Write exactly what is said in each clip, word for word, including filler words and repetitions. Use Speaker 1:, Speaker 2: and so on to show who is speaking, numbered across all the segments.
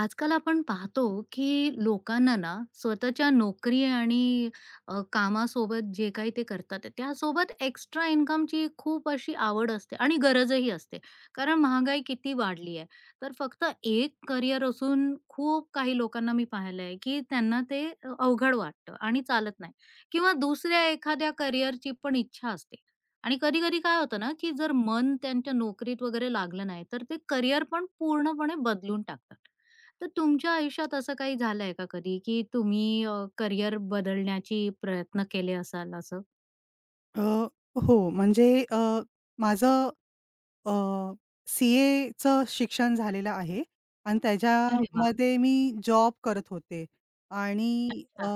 Speaker 1: आजकाल आपण पाहतो की लोकांना ना स्वतःच्या नोकरी आणि अ, कामासोबत जे काही ते करतात त्यासोबत एक्स्ट्रा इन्कमची खूप अशी आवड असते आणि गरजही असते. कारण महागाई किती वाढली आहे. तर फक्त एक करिअर असून खूप काही लोकांना मी पाहिलं आहे की त्यांना ते अवघड वाटतं आणि चालत नाही किंवा दुसऱ्या एखाद्या करिअरची पण इच्छा असते. आणि कधी-कधी काय होतं ना की जर मन त्यांच्या नोकरीत वगैरे लागलं नाही, तर ते करिअर पण पूर्णपणे बदलून टाकतात. तर तुमच्या आयुष्यात असं काही झालंय का कधी, की तुम्ही अ, करियर बदलण्याची प्रयत्न केले असाल असं?
Speaker 2: अ, हो, म्हणजे अ, माझं अ, सी-एचं शिक्षण झालेलं आहे आणि
Speaker 1: अरे वाह!
Speaker 2: त्याच्यामध्ये मी जॉब करत होते. आणि
Speaker 1: अच्छा.
Speaker 2: अ,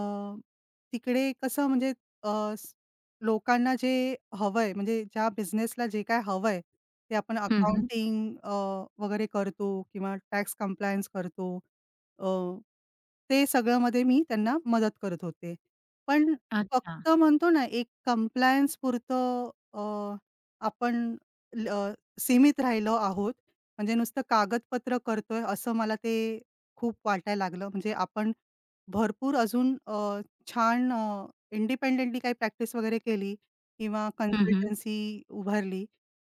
Speaker 2: तिकडे कसं म्हणजे अ, स लोकांना जे हवंय म्हणजे ज्या बिझनेसला जे काय हवंय, ते आपण
Speaker 1: हं, हं.
Speaker 2: अकाउंटिंग अ, वगैरे करतो किंवा टॅक्स कम्प्लायन्स करतो. अ, ते सगळ्यामध्ये मी त्यांना मदत करत होते. पण
Speaker 1: अच्छा.
Speaker 2: फक्त म्हणतो ना, एक कम्प्लायन्सपुरतं अ, आपण सीमित राहिलो आहोत. म्हणजे नुसतं कागदपत्र करतोय असं मला ते खूप वाटायला लागलं. म्हणजे आपण भरपूर अजून अ, छान अ, इंडिपेंडेंटली काही प्रॅक्टिस वगैरे केली किंवा
Speaker 1: हं, हं.
Speaker 2: कन्सल्टन्सी उभारली,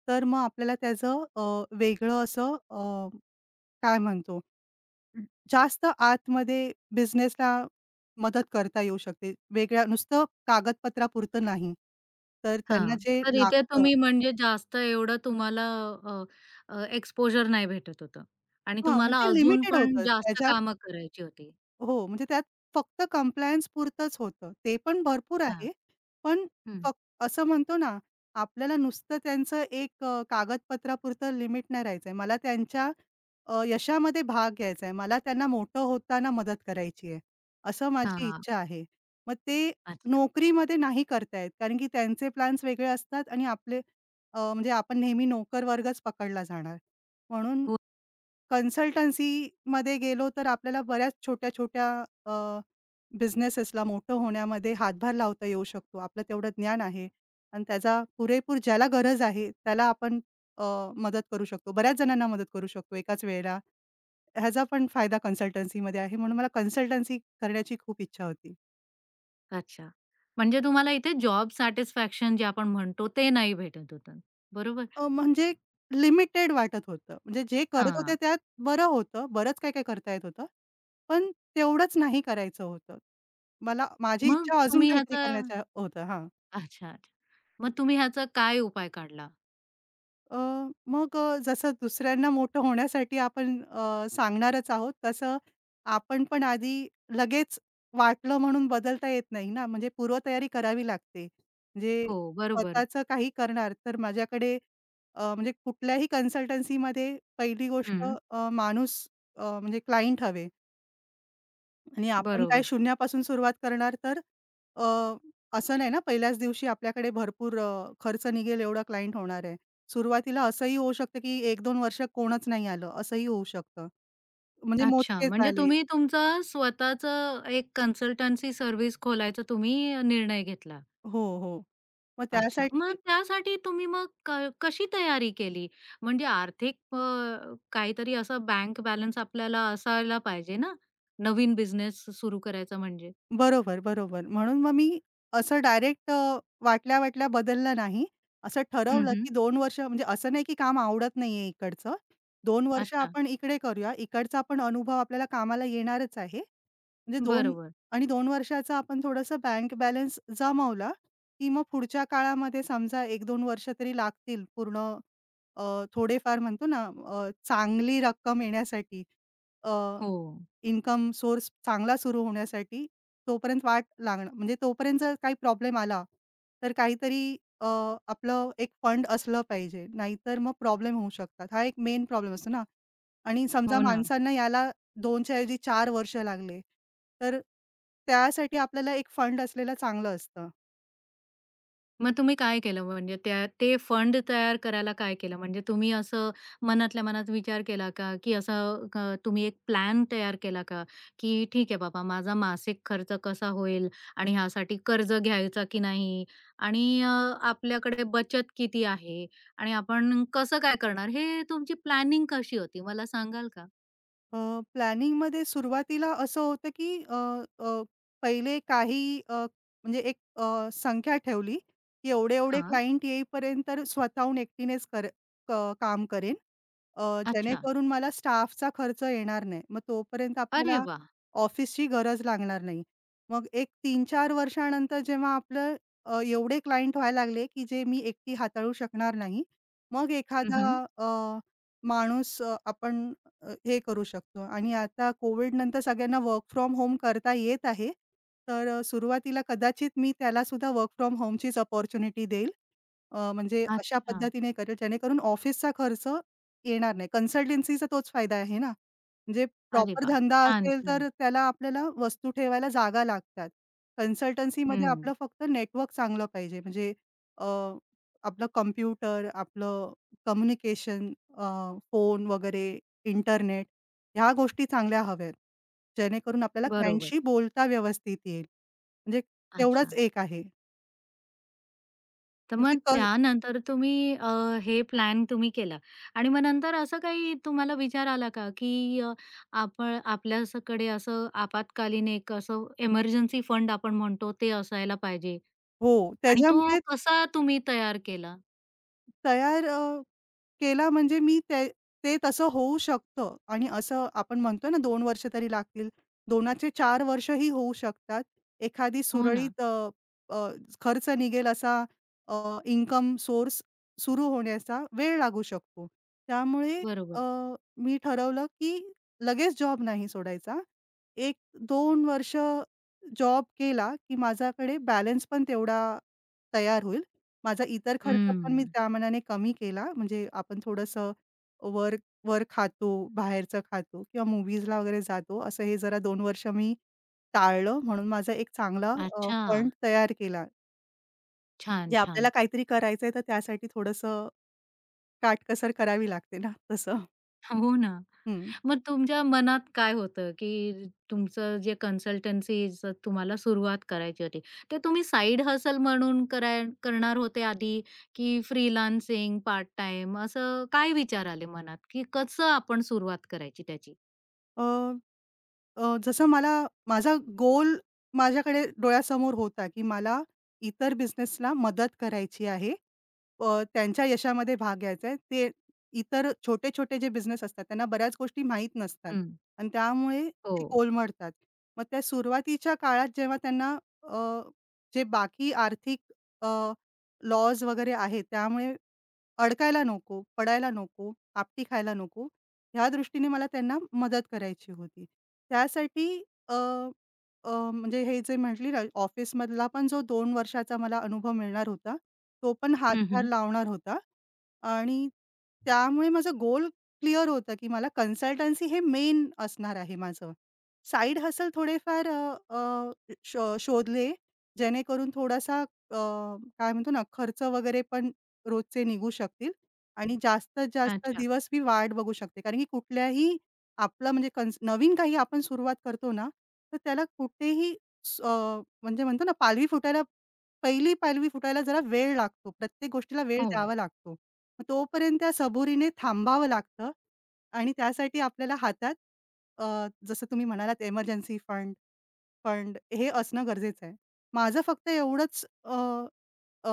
Speaker 2: तर मग आपल्याला त्याचं अ, वेगळं असं अ, काय म्हणतो, जास्त आतमध्ये बिझनेसला मदत करता येऊ शकते. वेगळ्या नुसतं कागदपत्रापुरतं नाही. तर त्यांना
Speaker 1: हां.
Speaker 2: जे
Speaker 1: तर इथे
Speaker 2: लागतं
Speaker 1: तुम्ही म्हणजे जास्त एवढं तुम्हाला अ, एक्सपोजर नाही भेटत होतं आणि
Speaker 2: हां,
Speaker 1: तुम्हाला
Speaker 2: म्हणजे
Speaker 1: अजून
Speaker 2: लिमिटेड
Speaker 1: पण
Speaker 2: होतं.
Speaker 1: जास्त कामं करायची होती.
Speaker 2: हो, म्हणजे त्यात फक्त कम्प्लायन्स पुरतंच होतं. ते पण भरपूर
Speaker 1: हां.
Speaker 2: आहे. पण
Speaker 1: हं.
Speaker 2: फक असं म्हणतो ना, आपल्याला नुसतं त्यांचं एक अ, कागदपत्रापुरतं लिमिट नाही राहायचंय. मला त्यांच्या अ, यशामध्ये भाग घ्यायचा आहे. मला त्यांना मोठं होताना मदत करायची आहे, असं माझी
Speaker 1: हां.
Speaker 2: इच्छा आहे. मग ते
Speaker 1: अच्छा.
Speaker 2: नोकरीमध्ये नाही करता कारण की त्यांचे प्लॅन्स वेगळे असतात आणि आपले अ, म्हणजे आपण नेहमी नोकर वर्गच पकडला जाणार. म्हणून
Speaker 1: हो.
Speaker 2: कन्सल्टन्सीमध्ये गेलो तर आपल्याला बऱ्याच छोट्या-छोट्या अ, बिझनेसेसला मोठं होण्यामध्ये हातभार लावता येऊ शकतो. आपलं तेवढं ज्ञान आहे आणि त्याचा पुरेपूर ज्याला गरज आहे त्याला आपण अ, मदत करू शकतो. बऱ्याच जणांना मदत करू शकतो एकाच वेळेला. ह्याचा पण फायदा कन्सल्टन्सीमध्ये आहे. म्हणून मला कन्सल्टन्सी करण्याची खूप इच्छा होती.
Speaker 1: अच्छा. म्हणजे तुम्हाला इथे जॉब सॅटिस्फॅक्शन जे आपण म्हणतो ते नाही भेटत होतं. बरोबर?
Speaker 2: अ, म्हणजे लिमिटेड वाटत होतं. म्हणजे जे करत होते
Speaker 1: हां.
Speaker 2: त्यात बरं होतं. बरंच काय-काय करता येत होतं. पण तेवढंच नाही करायचं होतं. मला माझी
Speaker 1: मग
Speaker 2: इच्छा अजून
Speaker 1: तुम्ही
Speaker 2: काहीतरी
Speaker 1: ह्याचा
Speaker 2: करण्याच्या होत्या हां.
Speaker 1: अच्छा, अच्छा. मग तुम्ही ह्याचा काय उपाय काढला?
Speaker 2: अ, मग अ, जसं दुसऱ्यांना मोठं होण्यासाठी आपण अ, सांगणारच आहोत, तसं आपण पण आधी लगेच वाटलं म्हणून बदलता येत नाही ना, म्हणजे पूर्वतयारी करावी लागते. म्हणजे
Speaker 1: हो, बरोबर.
Speaker 2: स्वतःचं काही करणार तर माझ्याकडे अ, म्हणजे कुठल्याही कन्सल्टन्सीमध्ये पहिली गोष्ट
Speaker 1: हं,
Speaker 2: अ, माणूस अ, म्हणजे क्लायंट हवे. आणि आपण काय
Speaker 1: बरोबर.
Speaker 2: शून्यापासून सुरुवात करणार तर अ, असं नाही ना पहिल्याच दिवशी आपल्याकडे भरपूर अ, खर्च निघेल एवढा क्लायंट होणार आहे. सुरुवातीला असंही होऊ शकतं, की एक दोन वर्ष कोणच नाही आलं असंही होऊ शकतं. म्हणजे
Speaker 1: अच्छा,
Speaker 2: मोजकेच
Speaker 1: म्हणजे
Speaker 2: आले.
Speaker 1: तुम्ही तुमचं स्वतःचं एक कन्सल्टन्सी सर्व्हिस खोलायचा तुम्ही निर्णय घेतला.
Speaker 2: हो, हो. मग
Speaker 1: अच्छा. मग
Speaker 2: त्यासाठी
Speaker 1: त्यासाठी तुम्ही मग क कशी तयारी केली? म्हणजे आर्थिक अ, काहीतरी असा बँक बॅलन्स आपल्याला असायला पाहिजे ना, नवीन बिझनेस सुरू करायचा म्हणजे?
Speaker 2: बरोबर, बरोबर. म्हणून मग मी असं डायरेक्ट अ, वाटल्या-वाटल्या बदललं नाही. असं
Speaker 1: हं,
Speaker 2: ठरवलं,
Speaker 1: हं.
Speaker 2: की दोन वर्ष म्हणजे असं नाही, की काम आवडत नाहीये इकडचं. दोन वर्ष
Speaker 1: अच्छा,
Speaker 2: आपण इकडे करूया. इकडचा पण अनुभव आपल्याला कामाला येणारच आहे. म्हणजे दोन
Speaker 1: बरोबर.
Speaker 2: आणि दोन वर्षाचा आपण थोडंसं बँक बॅलन्स जमवला, की मग पुढच्या काळामध्ये समजा एक दोन वर्ष तरी लागतील पूर्ण अ, थोडेफार म्हणतो ना अ, चांगली रक्कम येण्यासाठी.
Speaker 1: हो,
Speaker 2: इन्कम सोर्स चांगला सुरू होण्यासाठी तोपर्यंत वाट लागणं म्हणजे तोपर्यंत जर काही प्रॉब्लेम आला, तर काहीतरी अ, आपलं एक फंड असलं पाहिजे. नाहीतर मग प्रॉब्लेम होऊ शकतात. हा एक मेन प्रॉब्लेम असतो ना. आणि समजा
Speaker 1: हो
Speaker 2: हं.
Speaker 1: ना.
Speaker 2: माणसांना याला दोन च्या ऐवजी चार वर्ष लागले, तर त्यासाठी आपल्याला एक फंड असलेलं चांगलं असतं.
Speaker 1: मग तुम्ही काय केलं म्हणजे त्या ते फंड तयार करायला काय केलं? म्हणजे तुम्ही असं मनातल्या मनात विचार केला का, की असं क तुम्ही एक प्लॅन तयार केला का, की ठीक आहे बाबा माझा मासिक खर्च कसा होईल आणि ह्यासाठी कर्ज घ्यायचा की नाही आणि अ, आपल्याकडे बचत किती आहे आणि आपण कसं काय करणार? हे तुमची प्लॅनिंग कशी होती मला सांगाल का?
Speaker 2: अ, प्लॅनिंगमध्ये सुरुवातीला असं होतं, की अ, अ, पहिले काही अ, म्हणजे एक अ, संख्या ठेवली, की एवढे-एवढे
Speaker 1: हां.
Speaker 2: क्लायंट येईपर्यंत स्वतःहून एकटीनेच कर क काम करेन. अ,
Speaker 1: अच्छा.
Speaker 2: जेणेकरून मला स्टाफचा खर्च येणार नाही. मग तोपर्यंत
Speaker 1: अरे
Speaker 2: आपल्याला
Speaker 1: वाह!
Speaker 2: ऑफिसची गरज लागणार नाही. मग एक तीन चार वर्षानंतर जेव्हा आपलं अ, एवढे क्लायंट व्हायला लागले, की जे मी एकटी हाताळू शकणार नाही. मग
Speaker 1: हं,
Speaker 2: एखादा
Speaker 1: हं.
Speaker 2: अ, माणूस अ, आपण अ, हे करू शकतो. आणि आता कोविडनंतर सगळ्यांना वर्क फ्रॉम होम करता येत आहे. तर अ, सुरुवातीला कदाचित मी त्यालासुद्धा वर्क फ्रॉम होमचीच अपॉर्च्युनिटी देईल. अ, म्हणजे अशा
Speaker 1: अच्छा.
Speaker 2: पद्धतीने करेल जेणेकरून ऑफिसचा खर्च येणार नाही. कन्सल्टन्सीचा तोच फायदा आहे ना. म्हणजे
Speaker 1: अरे
Speaker 2: प्रॉपर
Speaker 1: वाह!
Speaker 2: धंदा
Speaker 1: छान,
Speaker 2: असेल
Speaker 1: छान.
Speaker 2: तर त्याला आपल्याला वस्तू ठेवायला जागा लागतात. कन्सल्टन्सीमध्ये
Speaker 1: हं.
Speaker 2: आपलं फक्त नेटवर्क चांगलं पाहिजे. म्हणजे अ, आपलं कॉम्प्युटर, आपलं कम्युनिकेशन फोन वगैरे, इंटरनेट ह्या गोष्टी चांगल्या हव्यात. जेणेकरून आपल्याला
Speaker 1: बरोबर.
Speaker 2: क्लायंटशी बोलता व्यवस्थित येईल. म्हणजे तेवढाच
Speaker 1: अच्छा.
Speaker 2: एक आहे.
Speaker 1: तर
Speaker 2: म्हणजे
Speaker 1: मग
Speaker 2: क
Speaker 1: त्यानंतर तुम्ही अ, हे प्लॅन तुम्ही केला आणि मग नंतर असं काही तुम्हाला विचार आला का, की अ, आपण आपल्याकडे असं आपत्कालीन एक असं इमर्जन्सी फंड आपण म्हणतो ते असायला पाहिजे
Speaker 2: हो,
Speaker 1: आणि तो
Speaker 2: त्याच्यामुळेच
Speaker 1: कसा तुम्ही तयार केला?
Speaker 2: तयार अ, केला म्हणजे मी ते ते तसं होऊ शकतं. आणि असं आपण म्हणतो ना दोन वर्ष तरी लागतील. दोनाचे चार वर्षही होऊ शकतात. एखादी
Speaker 1: हो ना,
Speaker 2: सुरळीत अ, अ, खर्च निघेल असा अ, इन्कम सोर्स सुरू होण्याचा वेळ लागू शकतो. त्यामुळे अ,
Speaker 1: बरोबर.
Speaker 2: मी ठरवलं की लगेच जॉब नाही सोडायचा. एक दोन वर्ष जॉब केला की माझ्याकडे बॅलन्स पण तेवढा तयार होईल. माझा इतर खर्च पण मी
Speaker 1: हम्म.
Speaker 2: त्या मनाने कमी केला. म्हणजे आपण थोडंसं वर वर खातो, बाहेरचं खातो किंवा मूव्हीजला वगैरे जातो. असं हे जरा दोन वर्ष मी टाळलं. म्हणून माझा एक चांगला अ,
Speaker 1: अच्छा.
Speaker 2: फंड तयार केला.
Speaker 1: छान,
Speaker 2: म्हणजे आपल्याला
Speaker 1: छान.
Speaker 2: काहीतरी करायचंय तर त्यासाठी थोडंसं काटकसर करावी लागते ना तसं.
Speaker 1: हो ना.
Speaker 2: हं.
Speaker 1: मग तुमच्या मनात काय होतं, की तुमचं जे कन्सल्टन्सीचं तुम्हाला सुरुवात करायची होती. ते तुम्ही साइड हसल म्हणून कराय करणार होते आधी, की फ्रीलान्सिंग, पार्ट टाइम, असं काय विचार आले मनात, की कसं आपण सुरुवात करायची त्याची?
Speaker 2: अ, जसं मला माझा गोल माझ्याकडे डोळ्यासमोर होता, की मला इतर बिझनेसला मदत करायची आहे. अ, त्यांच्या यशामध्ये भाग घ्यायचा आहे. ते इतर छोटे-छोटे जे बिझनेस असतात, त्यांना बऱ्याच गोष्टी माहीत नसतात
Speaker 1: हं.
Speaker 2: आणि त्यामुळे
Speaker 1: हो.
Speaker 2: ते कोलमडतात. मग त्या सुरुवातीच्या काळात जेव्हा त्यांना अ, जे बाकी आर्थिक अ, वगैरे आहेत त्यामुळे अडकायला नको, पडायला नको, आपटी खायला नको, ह्या दृष्टीने मला त्यांना मदत करायची होती. त्यासाठी अ, अ, म्हणजे हे जे म्हटली ना ऑफिसमधला पण जो दोन वर्षाचा मला अनुभव मिळणार होता, तो पण
Speaker 1: हं,
Speaker 2: हातभार
Speaker 1: हं.
Speaker 2: लावणार होता. आणि त्यामुळे माझं गोल क्लिअर होतं, की मला कन्सल्टन्सी हे मेन असणार आहे माझं. साइड हसल थोडेफार अ, अ, शो शोधले, जेणेकरून थोडासा अ, काय म्हणतो ना खर्च वगैरे पण रोजचे निघू शकतील आणि जास्तीत जास्त
Speaker 1: अच्छा.
Speaker 2: दिवस मी वाट बघू शकते. कारण की कुठल्याही आपलं म्हणजे कन्स नवीन काही आपण सुरुवात करतो ना, तर त्याला कुठेही स अ, म्हणजे म्हणतो ना पालवी फुटायला पहिली पालवी फुटायला जरा वेळ लागतो. प्रत्येक गोष्टीला वेळ
Speaker 1: हो.
Speaker 2: द्यावा लागतो. मग तोपर्यंत त्या सबुरीने थांबावं लागतं. आणि त्यासाठी आपल्याला हातात अ, जसं तुम्ही म्हणालात इमर्जन्सी फंड फंड हे असणं गरजेचं आहे. माझं फक्त एवढंच अ, अ,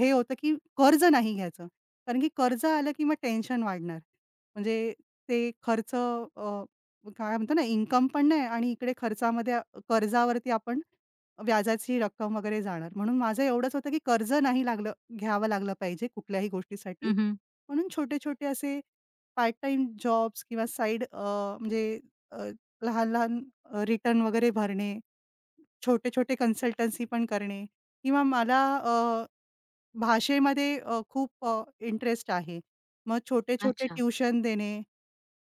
Speaker 2: हे होतं की कर्ज नाही घ्यायचं. कारण की कर्ज आलं की मग टेन्शन वाढणार. म्हणजे ते खर्च अ, काय म्हणतो ना इन्कम पण नाही आणि इकडे खर्चामध्ये अ, कर्जावरती आपण व्याजाची रक्कम वगैरे जाणार. म्हणून माझं एवढंच होतं की कर्ज नाही लागलं घ्यावं लागलं पाहिजे कुठल्याही गोष्टीसाठी.
Speaker 1: हं, हं.
Speaker 2: म्हणून छोटे-छोटे असे पार्ट टाईम जॉब्स किंवा साइड म्हणजे अ, लहान-लहान रिटर्न वगैरे भरणे छोटे-छोटे कन्सल्टन्सी पण करणे किंवा मला अ, भाषेमध्ये अ, खूप अ, इंटरेस्ट आहे. मग छोटे-छोटे
Speaker 1: अच्छा.
Speaker 2: ट्युशन देणे,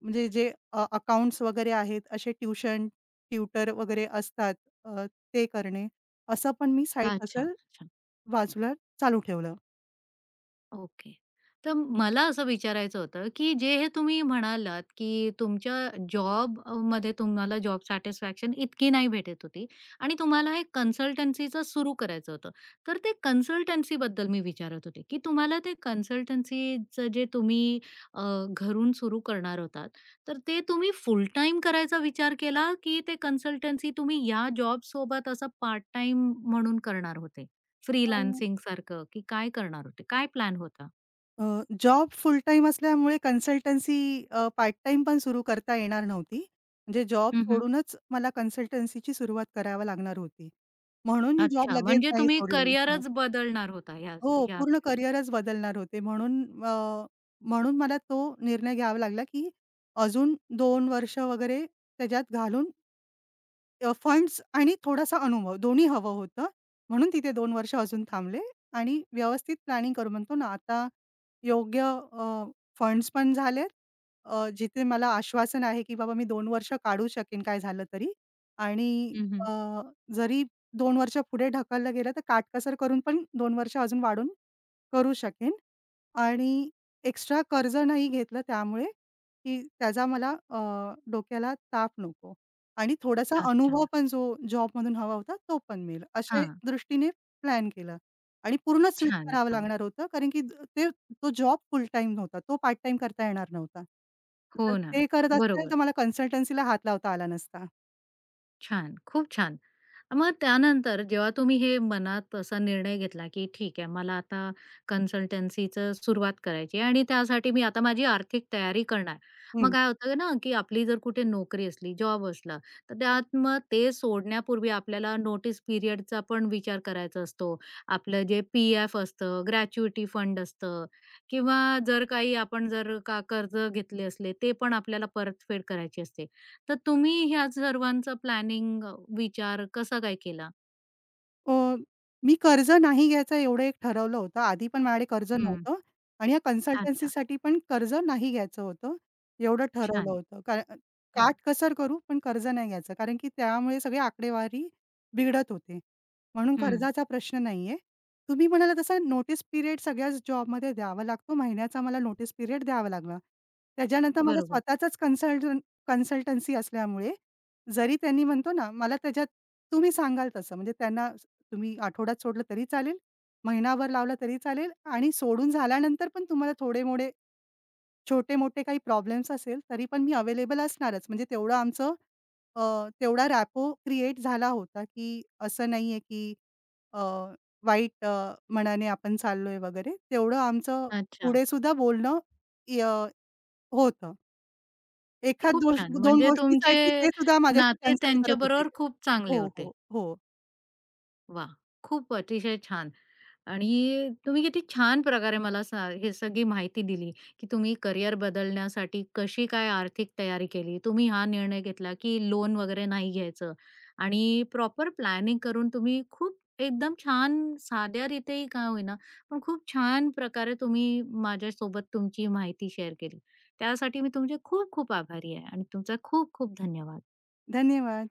Speaker 2: म्हणजे जे अकाउंट्स वगैरे आहेत, असे ट्युशन, ट्युटर वगैरे असतात अ, ते करणे. असं पण मी साईड
Speaker 1: अच्छा.
Speaker 2: हसल
Speaker 1: अच्छा.
Speaker 2: बाजूला चालू ठेवलं.
Speaker 1: ओके. तर मला असं विचारायचं होतं, की जे हे तुम्ही म्हणालात, की तुमच्या जॉबमध्ये तुम्हाला जॉब सॅटिस्फॅक्शन इतकी नाही भेटत होती आणि तुम्हाला हे कन्सल्टन्सीचं सुरू करायचं होतं. तर ते कन्सल्टन्सीबद्दल मी विचारत होते, की तुम्हाला ते कन्सल्टन्सीचं जे तुम्ही अ, घरून सुरू करणार होतात, तर ते तुम्ही फुल टाईम करायचा विचार केला, की ते कन्सल्टन्सी तुम्ही या जॉबसोबत असं पार्ट टाईम म्हणून करणार होते?
Speaker 2: अ,
Speaker 1: फ्रीलान्सिंगसारखं की काय करणार होते? काय प्लॅन होता?
Speaker 2: अ, जॉब फुल टाईम असल्यामुळे कन्सल्टन्सी अ, पार्ट टाईम पण सुरू करता येणार नव्हती. म्हणजे जॉब
Speaker 1: हं, हं.
Speaker 2: सोडूनच मला कन्सल्टन्सीची सुरुवात करावी लागणार होती. म्हणून मी जॉब
Speaker 1: अच्छा,
Speaker 2: लगेच
Speaker 1: म्हणजे
Speaker 2: नाही
Speaker 1: तुम्ही
Speaker 2: सोडली. हां.
Speaker 1: करियरच बदलणार होता ह्या
Speaker 2: हो, पूर्ण
Speaker 1: ह्याने.
Speaker 2: करिअरच बदलणार होते. म्हणून अ, म्हणून मला तो निर्णय घ्यावा लागला, की अजून दोन वर्ष वगैरे त्याच्यात घालून अ, फंड्स आणि थोडासा अनुभव दोन्ही हवं होतं. म्हणून तिथे दोन वर्ष अजून थांबले. आणि व्यवस्थित प्लॅनिंग करू म्हणतो ना, आता योग्य अ, फंड्स पण झालेत. अ, जिथे मला आश्वासन आहे, की बाबा मी दोन वर्ष काढू शकेन काय झालं तरी. आणि
Speaker 1: हं, हं.
Speaker 2: अ, जरी दोन वर्ष पुढे ढकललं गेलं तर काटकसर करून पण दोन वर्ष अजून वाढून करू शकेन. आणि एक्स्ट्रा कर्ज नाही घेतलं त्यामुळे, की त्याचा मला अ, डोक्याला ताप नको. आणि थोडासा
Speaker 1: अच्छा.
Speaker 2: अनुभव पण जो जॉबमधून हवा होता, तो पण मिळेल. अशा
Speaker 1: हां.
Speaker 2: दृष्टीने प्लॅन केला आणि पूर्ण स्विच
Speaker 1: छान,
Speaker 2: करावं
Speaker 1: छान.
Speaker 2: लागणार होतं, कारण की ते तो जॉब फुल टाईम होता. तो पार्ट टाईम करता येणार नव्हता.
Speaker 1: हो
Speaker 2: जर
Speaker 1: ना.
Speaker 2: ते करत असेल,
Speaker 1: बरोबर.
Speaker 2: तर मला कन्सल्टन्सीला हात लावता आला नसता.
Speaker 1: छान, खूप छान. मग त्यानंतर जेव्हा तुम्ही हे मनात असा निर्णय घेतला, की ठीक आहे मला आता कन्सल्टन्सीचं सुरुवात करायची आहे आणि त्यासाठी मी आता माझी आर्थिक तयारी करणार. मग काय होतं ना, की आपली जर कुठे नोकरी असली, जॉब असला, तर त्यात मग ते सोडण्यापूर्वी आपल्याला नोटीस पिरियडचा पण विचार करायचा असतो. आपलं जे पी एफ असतं, ग्रॅच्युइटी फंड असतं किंवा जर काही आपण जर का कर्ज घेतले असले, ते पण आपल्याला परतफेड करायची असते. तर तुम्ही ह्या सर्वांचा प्लॅनिंग अ, विचार कसा काय केला?
Speaker 2: अ, मी कर्ज नाही घ्यायचं एवढं एक ठरवलं होतं. आधी पण माझ्याकडे कर्ज
Speaker 1: हं.
Speaker 2: नव्हतं आणि या
Speaker 1: अच्छा.
Speaker 2: कन्सल्टन्सीसाठी पण कर्ज नाही घ्यायचं होतं, एवढं ठरवलं
Speaker 1: छान.
Speaker 2: होतं. कारण
Speaker 1: हां.
Speaker 2: काटकसर करू पण कर्ज नाही घ्यायचं. कारण की त्यामुळे सगळी आकडेवारी बिघडत होते. म्हणून
Speaker 1: हं.
Speaker 2: कर्जाचा प्रश्न नाहीये. तुम्ही म्हणाला तसा नोटीस पिरियड सगळ्याच जॉबमध्ये द्यावा लागतो. महिन्याचा मला नोटीस पिरियड द्यावा लागला. त्याच्यानंतर माझा
Speaker 1: बरोबर.
Speaker 2: स्वतःचाच कन्सल्टन कन्सल्टन्सी असल्यामुळे जरी त्यांनी म्हणतो ना, मला त्याच्यात तुम्ही सांगाल तसं म्हणजे त्यांना स- तुम्ही आठवड्यात सोडलं तरी चालेल, महिनाभर लावलं तरी चालेल. आणि सोडून झाल्यानंतर पण तुम्हाला थोडे मोडे छोटे-मोठे काही प्रॉब्लेम्स असेल, तरी पण मी अवेलेबल असणारच. म्हणजे तेवढं आमचं अ, तेवढा रॅपो क्रिएट झाला होता, की असं नाहीये, की अ, वाईट अ, मनाने आपण चाललोय वगैरे. तेवढं आमचं
Speaker 1: अच्छा.
Speaker 2: पुढे सुद्धा बोलणं य होतं. एखाद
Speaker 1: खूप
Speaker 2: दोष
Speaker 1: छान.
Speaker 2: दोन
Speaker 1: म्हणजे तुमचे
Speaker 2: गोष्टीसाठी ते सुद्धा माझ्याशी
Speaker 1: नाते
Speaker 2: कन्सल्ट करत होते.
Speaker 1: त्यांच्याबरोबर खूप चांगले
Speaker 2: हो,
Speaker 1: होते.
Speaker 2: हो, हो.
Speaker 1: वाह! खूप अतिशय छान. आणि तुम्ही किती छान प्रकारे मला सा हे सगळी माहिती दिली, की तुम्ही करियर बदलण्यासाठी कशी काय आर्थिक तयारी केली. तुम्ही हा निर्णय घेतला, की लोन वगैरे नाही घ्यायचं आणि प्रॉपर प्लॅनिंग करून तुम्ही खूप एकदम छान साध्या रीतीही का होईना, पण खूप छान प्रकारे तुम्ही माझ्यासोबत तुमची माहिती शेअर केली. त्यासाठी मी तुमचे खूप खूप आभारी आहे आणि तुमचा खूप खूप धन्यवाद.
Speaker 2: धन्यवाद.